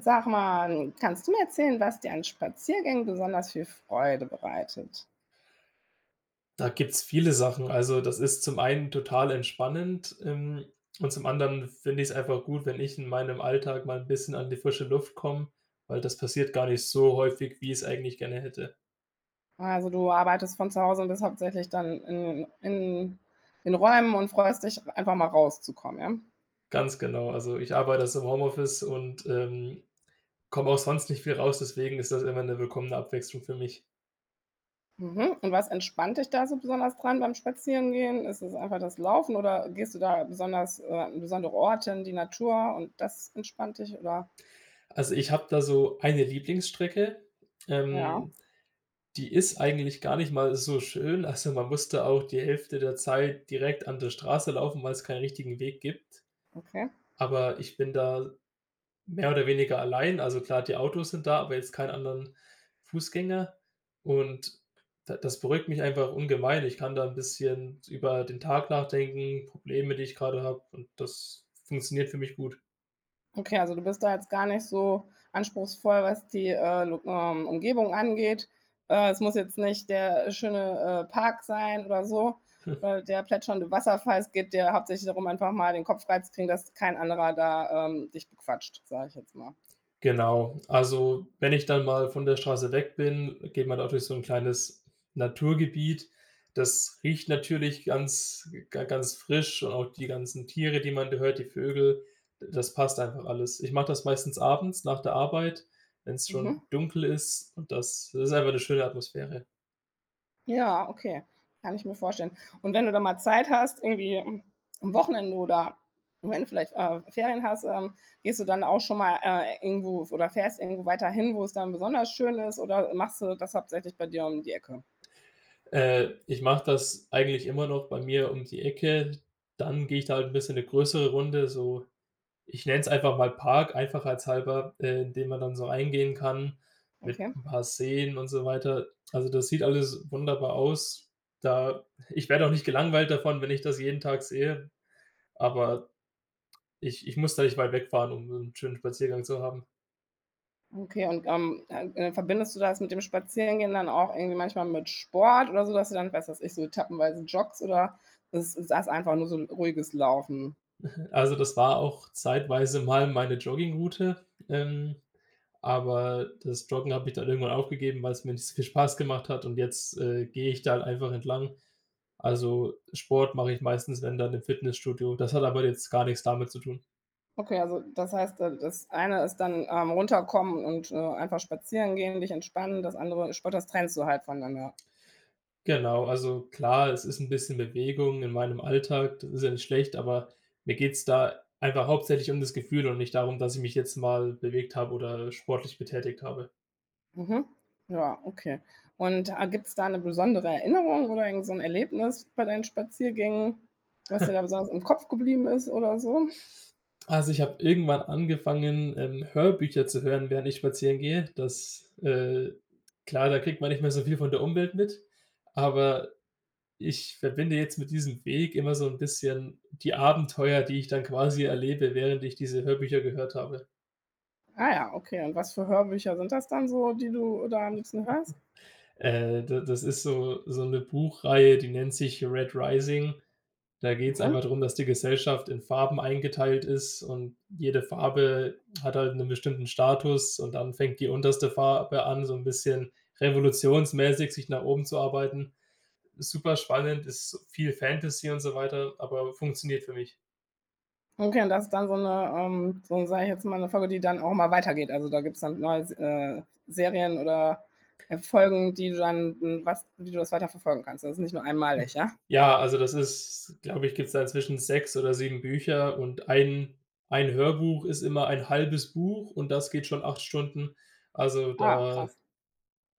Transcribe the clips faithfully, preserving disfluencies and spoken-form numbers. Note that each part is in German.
Sag mal, kannst du mir erzählen, was dir an Spaziergängen besonders viel Freude bereitet? Da gibt's viele Sachen. Also, das ist zum einen total entspannend, ähm, und zum anderen finde ich es einfach gut, wenn ich in meinem Alltag mal ein bisschen an die frische Luft komme, weil das passiert gar nicht so häufig, wie ich es eigentlich gerne hätte. Also, du arbeitest von zu Hause und bist hauptsächlich dann in in in Räumen und freust dich, einfach mal rauszukommen, ja? Ganz genau. Also, ich arbeite aus dem Homeoffice und, ähm, komme auch sonst nicht viel raus, deswegen ist das immer eine willkommene Abwechslung für mich. Mhm. Und was entspannt dich da so besonders dran beim Spazierengehen? Ist es einfach das Laufen oder gehst du da besonders, äh an besondere Orte in die Natur und das entspannt dich oder Also, ich habe da so eine Lieblingsstrecke, ja, ähm, Die ist eigentlich gar nicht mal so schön. Also, man musste auch die Hälfte der Zeit direkt an der Straße laufen, weil es keinen richtigen Weg gibt. okay. Aber ich bin da mehr oder weniger allein. Also, klar, die Autos sind da, aber jetzt keinen anderen Fußgänger. Und da das beruhigt mich einfach ungemein. Ich kann da ein bisschen über den Tag nachdenken, Probleme, die ich gerade habe und das funktioniert für mich gut. Okay, also du bist da jetzt gar nicht so anspruchsvoll, was die, äh, Lo ähm, Umgebung angeht. Äh, es muss jetzt nicht der schöne, äh, Park sein oder so, oder der plätschernde Wasserfall. Es geht dir hauptsächlich darum, einfach mal den Kopf frei kriegen, dass kein anderer da, ähm, dich bequatscht, sage ich jetzt mal. Genau. Also, wenn ich dann mal von der Straße weg bin, geht man da durch so ein kleines Naturgebiet. Das riecht natürlich ganz ga ganz frisch und auch die ganzen Tiere, die man da hört, die Vögel, das passt einfach alles. Ich mache das meistens abends nach der Arbeit, wenn es schon Mhm. dunkel ist und das das ist einfach eine schöne Atmosphäre. Ja, okay, kann ich mir vorstellen. Und wenn du da mal Zeit hast, irgendwie am am Wochenende oder wenn du vielleicht, äh, Ferien hast, ähm, gehst du dann auch schon mal, äh, irgendwo oder fährst irgendwo weiter hin, wo es dann besonders schön ist oder machst du das hauptsächlich bei dir um die Ecke? Äh, ich mache das eigentlich immer noch bei mir um die Ecke. Dann gehe ich da halt ein bisschen eine größere Runde, so. Ich nenne es einfach mal Park, einfachheitshalber, äh, in den man dann so eingehen kann mit Okay, ein paar Seen und so weiter. Also, das sieht alles wunderbar aus. Da ich werde auch nicht gelangweilt davon, wenn ich das jeden Tag sehe, aber ich ich muss da nicht weit wegfahren, um einen schönen Spaziergang zu haben. okay und, ähm, äh, äh, verbindest du das mit dem Spazierengehen dann auch irgendwie manchmal mit Sport oder so, dass du dann, was weiß ich, so etappenweise joggst oder ist ist das einfach nur so ruhiges Laufen? Also, das war auch zeitweise mal meine Joggingroute, ähm Aber das Joggen habe ich dann irgendwann aufgegeben, weil es mir nicht so viel Spaß gemacht hat und jetzt, äh, gehe ich da halt einfach entlang. Also, Sport mache ich meistens, wenn dann im Fitnessstudio. Das hat aber jetzt gar nichts damit zu tun. Okay, also das heißt, äh, das eine ist dann, ähm, runterkommen und, äh, einfach spazieren gehen, dich entspannen, das andere Sport, das trennst du halt voneinander. Genau, also klar, es ist ein bisschen Bewegung in meinem Alltag, das ist ja nicht schlecht, aber mir geht es da einfach hauptsächlich um das Gefühl und nicht darum, dass ich mich jetzt mal bewegt habe oder sportlich betätigt habe. Mhm. Ja, okay. Und, äh, gibt es da eine besondere Erinnerung oder irgend so ein Erlebnis bei deinen Spaziergängen, was dir da besonders im Kopf geblieben ist oder so? Also, ich habe irgendwann angefangen, ähm, Hörbücher zu hören, während ich spazieren gehe. Das, äh klar, da kriegt man nicht mehr so viel von der Umwelt mit, aber ich verbinde jetzt mit diesem Weg immer so ein bisschen die Abenteuer, die ich dann quasi erlebe, während ich diese Hörbücher gehört habe. Ah ja, okay. Und was für Hörbücher sind das dann so, die du da am liebsten hörst? Äh, da das ist so so eine Buchreihe, die nennt sich „Red Rising“. Da geht's einfach Mhm. drum, dass die Gesellschaft in Farben eingeteilt ist und jede Farbe hat halt einen bestimmten Status und dann fängt die unterste Farbe an, so ein bisschen revolutionsmäßig sich nach oben zu arbeiten. Ist super spannend, ist viel Fantasy und so weiter, aber funktioniert für mich. Okay, und das ist dann so eine, ähm so sage ich jetzt mal, eine Folge, die dann auch mal weitergeht. Also, da gibt es dann neue äh, Serien oder, äh, Folgen, die du dann, hm was wie du das weiterverfolgen kannst. Das ist nicht nur einmalig, ja? Ja, also das ist glaube ich, gibt's da inzwischen sechs oder sieben Bücher und ein ein Hörbuch ist immer ein halbes Buch und das geht schon acht Stunden. Also Ah, da krass.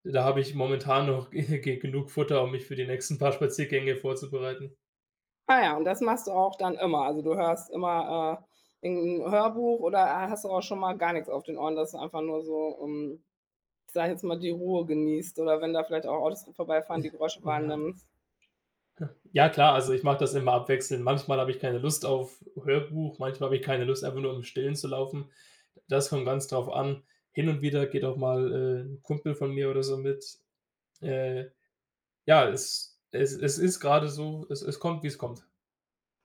Da habe ich momentan noch ge genug Futter, um mich für die nächsten paar Spaziergänge vorzubereiten. Ah ja, und das machst du auch dann immer. Also, du hörst immer, äh, irgend Hörbuch oder äh, hast du auch schon mal gar nichts auf den Ohren, dass du einfach nur so, ähm, sage ich jetzt mal, die Ruhe genießt oder wenn da vielleicht auch Autos vorbeifahren, die Geräusche Ja. wahrnimmst? Ja klar, also ich mache das immer abwechselnd. Manchmal habe ich keine Lust auf Hörbuch, manchmal habe ich keine Lust, einfach nur im Stillen zu laufen. Das kommt ganz drauf an. Hin und wieder geht auch mal, äh, 'n Kumpel von mir oder so mit. Äh, ja, es es es ist gerade so, es es kommt, wie es kommt.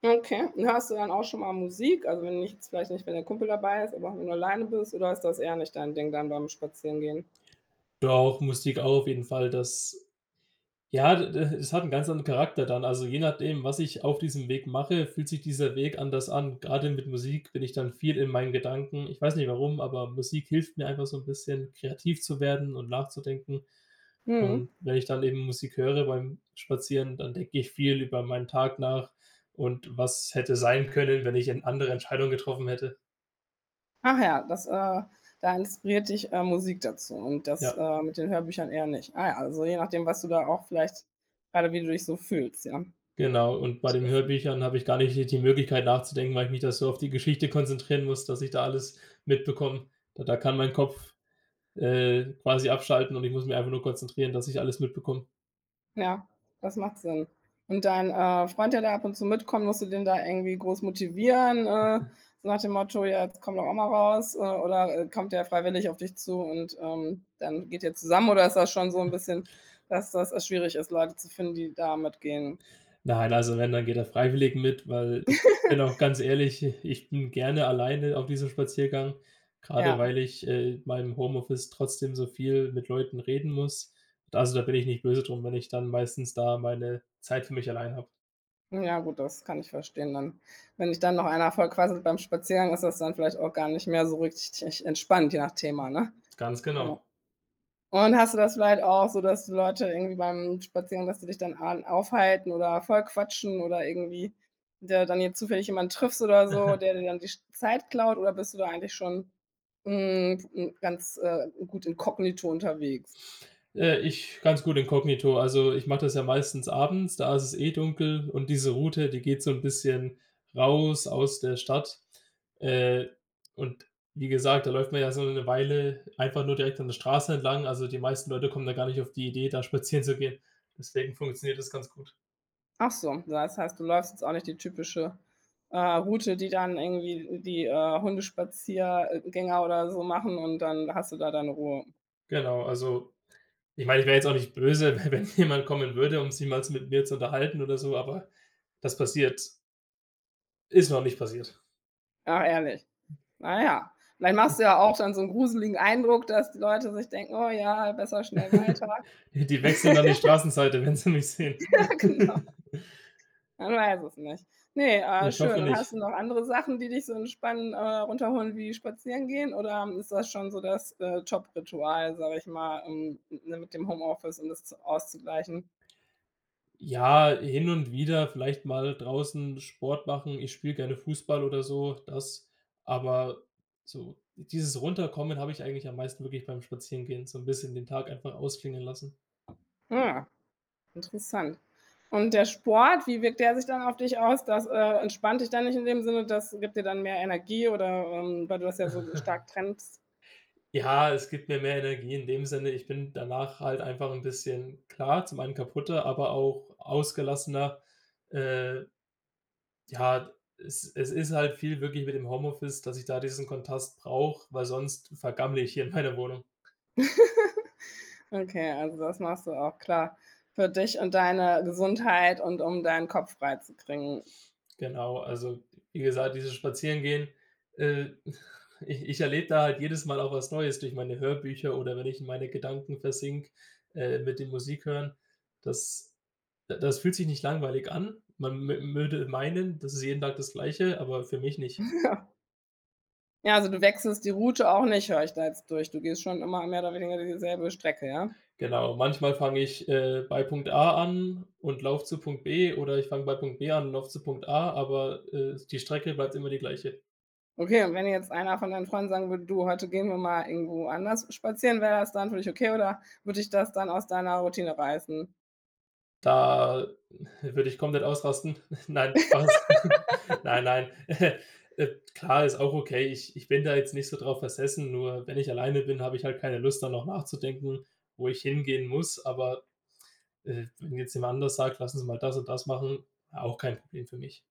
Okay, und hörst du dann auch schon mal Musik? Also, wenn nicht jetzt vielleicht nicht, wenn der Kumpel dabei ist, aber wenn du alleine bist oder ist das eher nicht dein Ding dann beim Spazierengehen? Doch, Musik auch auf jeden Fall. Das Ja, d d es hat einen ganz anderen Charakter dann. Also, je nachdem, was ich auf diesem Weg mache, fühlt sich dieser Weg anders an. Gerade mit Musik bin ich dann viel in meinen Gedanken. Ich weiß nicht warum, aber Musik hilft mir einfach so ein bisschen kreativ zu werden und nachzudenken. Mhm. Und wenn ich dann eben Musik höre beim Spazieren, dann denke ich viel über meinen Tag nach und was hätte sein können, wenn ich eine andere Entscheidung getroffen hätte. Ach ja, das, äh da inspiriert dich, äh, Musik dazu und das, Ja. äh, mit den Hörbüchern eher nicht. Ah ja, also je nachdem, was du da auch vielleicht gerade wie du dich so fühlst, ja. Genau, und bei den Interessant. Hörbüchern habe ich gar nicht die die Möglichkeit nachzudenken, weil ich mich da so auf die Geschichte konzentrieren muss, dass ich da alles mitbekomme. Da da kann mein Kopf, äh, quasi abschalten und ich muss mich einfach nur konzentrieren, dass ich alles mitbekomme. Ja, das macht Sinn. Und dein, äh, Freund, der da ab und zu mitkommt, musst du den da irgendwie groß motivieren, äh, so nach dem Motto: „Ja, jetzt komm doch auch mal raus“, äh, oder, äh, kommt der freiwillig auf dich zu und, ähm, dann geht ihr zusammen oder ist das schon so ein bisschen, dass das, äh, schwierig ist, Leute zu finden, die da mitgehen? Nein, also wenn, dann geht er freiwillig mit, weil ich bin auch ganz ehrlich, ich bin gerne alleine auf diesem Spaziergang, grade Ja. weil ich, äh, in meinem Homeoffice trotzdem so viel mit Leuten reden muss. Also, da bin ich nicht böse drum, wenn ich dann meistens da meine Zeit für mich allein habe. Ja gut, das kann ich verstehen dann. Wenn dich dann noch einer vollquasselt beim Spaziergang, ist das dann vielleicht auch gar nicht mehr so richtig entspannt, je nach Thema, ne? Ganz Ja. genau. Und hast du das vielleicht auch so, dass Leute irgendwie beim Spazieren, dass die dich dann an aufhalten oder voll quatschen oder irgendwie der dann jetzt zufällig jemanden triffst oder so, der dir dann die Sch Zeit klaut oder bist du da eigentlich schon, hm, hm, ganz, äh, gut inkognito unterwegs? Äh, ich ganz gut inkognito. Also, ich mache das ja meistens abends, da ist es eh dunkel und diese Route, die geht so ein bisschen raus aus der Stadt. Äh, und wie gesagt, da läuft man ja so eine Weile einfach nur direkt an der Straße entlang. Also, die meisten Leute kommen da gar nicht auf die Idee, da spazieren zu gehen. Deswegen funktioniert das ganz gut. Ach so, das heißt, du läufst jetzt auch nicht die typische, äh, Route, die dann irgendwie die, äh, Hundespaziergänger oder so machen und dann hast du da deine Ruhe. Genau, also, ich meine, ich wäre jetzt auch nicht böse, wenn jemand kommen würde, um sich mal mit mir zu unterhalten oder so, aber das passiert ist noch nicht passiert. Ach, ehrlich? Na ja, vielleicht machst du ja auch dann so einen gruseligen Eindruck, dass die Leute sich denken: „Oh ja, besser schnell weiter.“ Die wechseln dann die Straßenseite, wenn sie mich sehen. Ja, genau. Man weiß es nicht. Ne, äh, Ich hoffe schön. Und hast nicht. du noch andere Sachen, die dich so entspannen, äh, runterholen wie spazieren gehen oder ist das schon so das, äh, ritual sage ich mal, ähm, ne, mit dem Homeoffice, um das z auszugleichen? Ja, hin und wieder vielleicht mal draußen Sport machen. Ich spiele gerne Fußball oder so, das. Aber so dieses Runterkommen habe ich eigentlich am meisten wirklich beim Spazierengehen, so ein bisschen den Tag einfach ausklingen lassen. Ah, interessant. Und der Sport, wie wirkt der sich dann auf dich aus? Das, äh, entspannt dich dann nicht in dem Sinne, das gibt dir dann mehr Energie oder, ähm, weil du das ja so stark trennst? Ja, es gibt mir mehr Energie in dem Sinne, ich bin danach halt einfach ein bisschen klar, zum einen kaputter, aber auch ausgelassener, äh, ja, es es ist halt viel wirklich mit dem Homeoffice, dass ich da diesen Kontrast brauche, weil sonst vergammle ich hier in meiner Wohnung. Okay, also das machst du auch klar für dich und deine Gesundheit und um deinen Kopf freizukriegen. Genau, also wie gesagt, dieses Spazierengehen, äh, ich ich erlebe da halt jedes Mal auch was Neues durch meine Hörbücher oder wenn ich in meine Gedanken versinke, äh, mit dem Musik hören. Das das fühlt sich nicht langweilig an. Man mö würde meinen, das ist jeden Tag das Gleiche, aber für mich nicht. Ja, also du wechselst die Route auch nicht, höre ich da jetzt durch. Du gehst schon immer mehr oder weniger dieselbe Strecke, ja? Genau, manchmal fange ich, äh, bei Punkt A an und laufe zu Punkt B oder ich fange bei Punkt B an und laufe zu Punkt A, aber, äh, die Strecke bleibt immer die gleiche. Okay, und wenn jetzt einer von deinen Freunden sagen würde: „Du, heute gehen wir mal irgendwo anders spazieren“, wäre das dann für dich okay oder würde dich das dann aus deiner Routine reißen? Da würde ich komplett ausrasten. Nein, Spaß. Nein, nein. Äh, klar, ist auch okay. Ich ich bin da jetzt nicht so drauf versessen, nur wenn ich alleine bin, habe ich halt keine Lust, da noch nachzudenken, wo ich hingehen muss, aber, äh, wenn jetzt jemand anders sagt: „Lass uns mal das und das machen“, auch kein Problem für mich.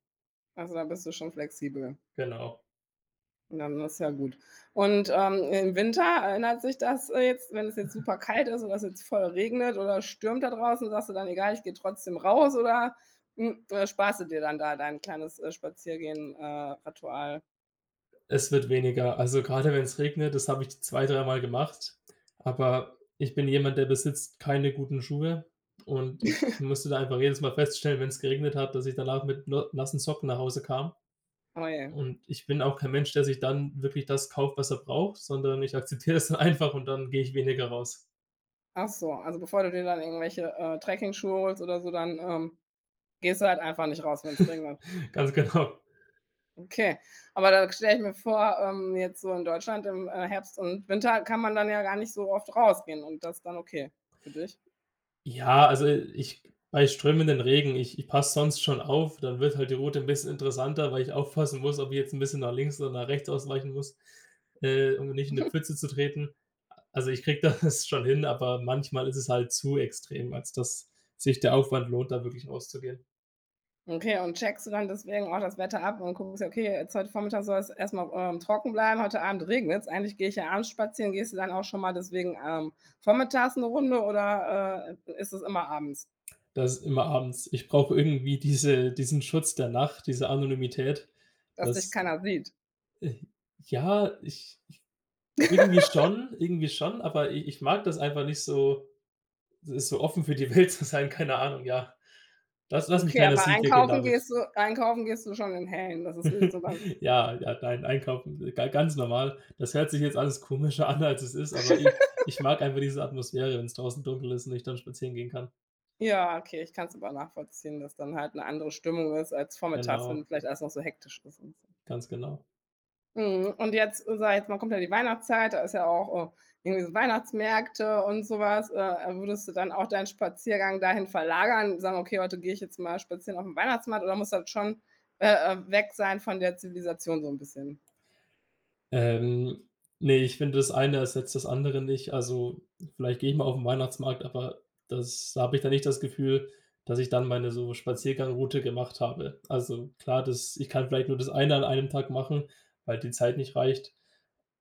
Also, da bist du schon flexibel. Genau. Ja, dann ist ja gut. Und, ähm, im Winter ändert sich das, äh, jetzt wenn es jetzt super kalt ist oder es jetzt voll regnet oder stürmt da draußen, sagst du dann: „Egal, ich gehe trotzdem raus“, oder, hm, äh, sparst du dir dann da dein kleines, äh, Spaziergehen äh, Ritual? Es wird weniger. Also, gerade wenn es regnet, das habe ich zwei, dreimal gemacht, aber ich bin jemand, der besitzt keine guten Schuhe und ich musste da einfach jedes Mal feststellen, wenn es geregnet hat, dass ich danach mit na nassen Socken nach Hause kam Oh je. und ich bin auch kein Mensch, der sich dann wirklich das kauft, was er braucht, sondern ich akzeptiere es dann einfach und dann gehe ich weniger raus. Ach so, also bevor du dir dann irgendwelche, äh, Trekkingschuhe holst oder so, dann, ähm, gehst du halt einfach nicht raus, wenn es regnet. Ganz genau. Okay, aber da stelle ich mir vor, ähm, jetzt so in Deutschland im, äh, Herbst und Winter kann man dann ja gar nicht so oft rausgehen und das ist dann okay für dich? Ja, also ich bei strömenden Regen, ich ich passe sonst schon auf, dann wird halt die Route ein bisschen interessanter, weil ich aufpassen muss, ob ich jetzt ein bisschen nach links oder nach rechts ausweichen muss, äh, um nicht in eine Pfütze zu treten. Also, ich kriege das schon hin, aber manchmal ist es halt zu extrem, als dass sich der Aufwand lohnt, da wirklich rauszugehen. Okay, und checkst du dann deswegen auch das Wetter ab und guckst, ja okay, jetzt heute Vormittag soll es erstmal ähm, trocken bleiben, heute Abend regnet's. Eigentlich gehe ich ja abends spazieren. Gehst du dann auch schon mal deswegen, ähm, vormittags eine Runde oder, äh, ist es immer abends, Das ist immer abends. Ich brauche irgendwie diese diesen Schutz der Nacht, diese Anonymität. dass dich Das keiner sieht? äh, ja, ich irgendwie schon irgendwie schon, aber i ich mag das einfach nicht so. Ist so offen für die Welt zu sein, keine Ahnung, ja. Lass lass mich Okay, keiner aber sieht, wir gehen einkaufen damit. gehst du einkaufen gehst du schon in Hellen. Das ist nicht so beim Ja, ja, nein, einkaufen, ga ganz normal. Das hört sich jetzt alles komischer an, als es ist, aber ich ich mag einfach diese Atmosphäre, wenn es draußen dunkel ist und ich dann spazieren gehen kann. ja, okay, ich kann es aber nachvollziehen, dass dann halt eine andere Stimmung ist als vormittags, Genau, wenn vielleicht alles noch so hektisch ist und so. ganz genau. Mhm, und jetzt, sage ich jetzt mal, kommt ja die Weihnachtszeit, da ist ja auch, äh, irgendwie so Weihnachtsmärkte und sowas, Äh, würdest du dann auch deinen Spaziergang dahin verlagern, sagen: „Okay, heute gehe ich jetzt mal spazieren auf dem Weihnachtsmarkt“ oder muss das schon, äh, äh, weg sein von der Zivilisation so ein bisschen? Ähm, ne, ich finde, das eine ersetzt das andere nicht. Also, vielleicht gehe ich mal auf den Weihnachtsmarkt, aber das da habe ich dann nicht das Gefühl, dass ich dann meine so Spaziergangroute gemacht habe. Also, klar, das ich kann vielleicht nur das eine an einem Tag machen, weil die Zeit nicht reicht,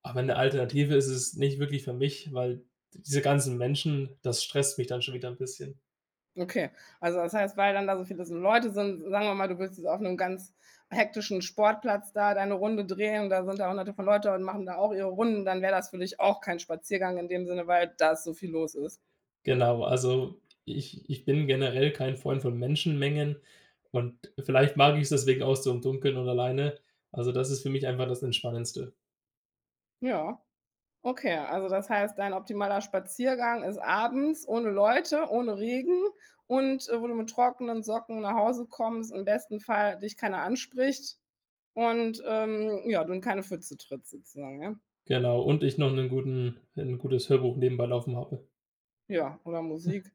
aber eine Alternative ist es nicht wirklich für mich, weil diese ganzen Menschen, das stresst mich dann schon wieder ein bisschen. Okay, also das heißt, weil dann da so viele so Leute sind, sagen wir mal, du willst jetzt auf einem ganz hektischen Sportplatz da deine Runde drehen und da sind da Hunderte von Leute und machen da auch ihre Runden, dann wäre das für dich auch kein Spaziergang in dem Sinne, weil da so viel los ist. Genau, also ich ich bin generell kein Freund von Menschenmengen und vielleicht mag ich es deswegen auch so im Dunkeln und alleine. Also, das ist für mich einfach das Entspannendste. Ja. Okay, also das heißt, dein optimaler Spaziergang ist abends ohne Leute, ohne Regen und, äh, wo du mit trockenen Socken nach Hause kommst, im besten Fall dich keiner anspricht und, ähm, ja, du in keine Pfütze trittst sozusagen, ja? Genau, und ich noch 'nen guten ein gutes Hörbuch nebenbei laufen habe. Ja, oder Musik.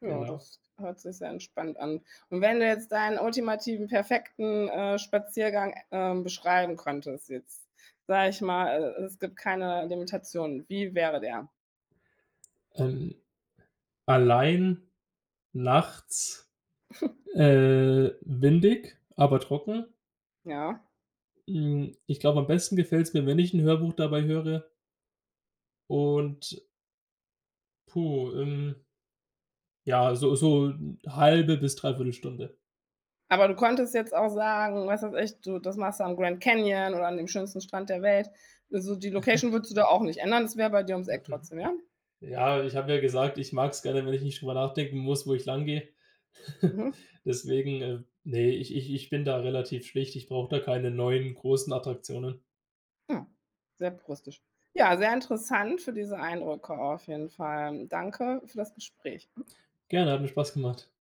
Ja, Genau. das hört sich sehr entspannt an. Und wenn du jetzt deinen ultimativen perfekten, äh, Spaziergang, ähm, beschreiben könntest jetzt, sage ich mal, äh, es gibt keine Limitationen, wie wäre der? Ähm, allein, nachts, äh, windig, aber trocken. Ja? Hm, ich glaube, am besten gefällt's mir, wenn ich 'n Hörbuch dabei höre und, puh, ähm, ja, so so halbe bis dreiviertel Stunde. Aber du konntest jetzt auch sagen, weißt du, was weiß ich, du, das machst du am Grand Canyon oder an dem schönsten Strand der Welt. Also, die Location würdest du da auch nicht ändern. Das wäre bei dir ums Eck Mhm. trotzdem, ja? Ja, ich habe ja gesagt, ich mag es gerne, wenn ich nicht drüber nachdenken muss, wo ich langgehe. Mhm. Deswegen, äh, ne, ich ich ich bin da relativ schlicht. Ich brauche da keine neuen großen Attraktionen. Ja, sehr puristisch. Ja, sehr interessant für diese Eindrücke auf jeden Fall. Danke für das Gespräch. Gerne, hat mir Spaß gemacht.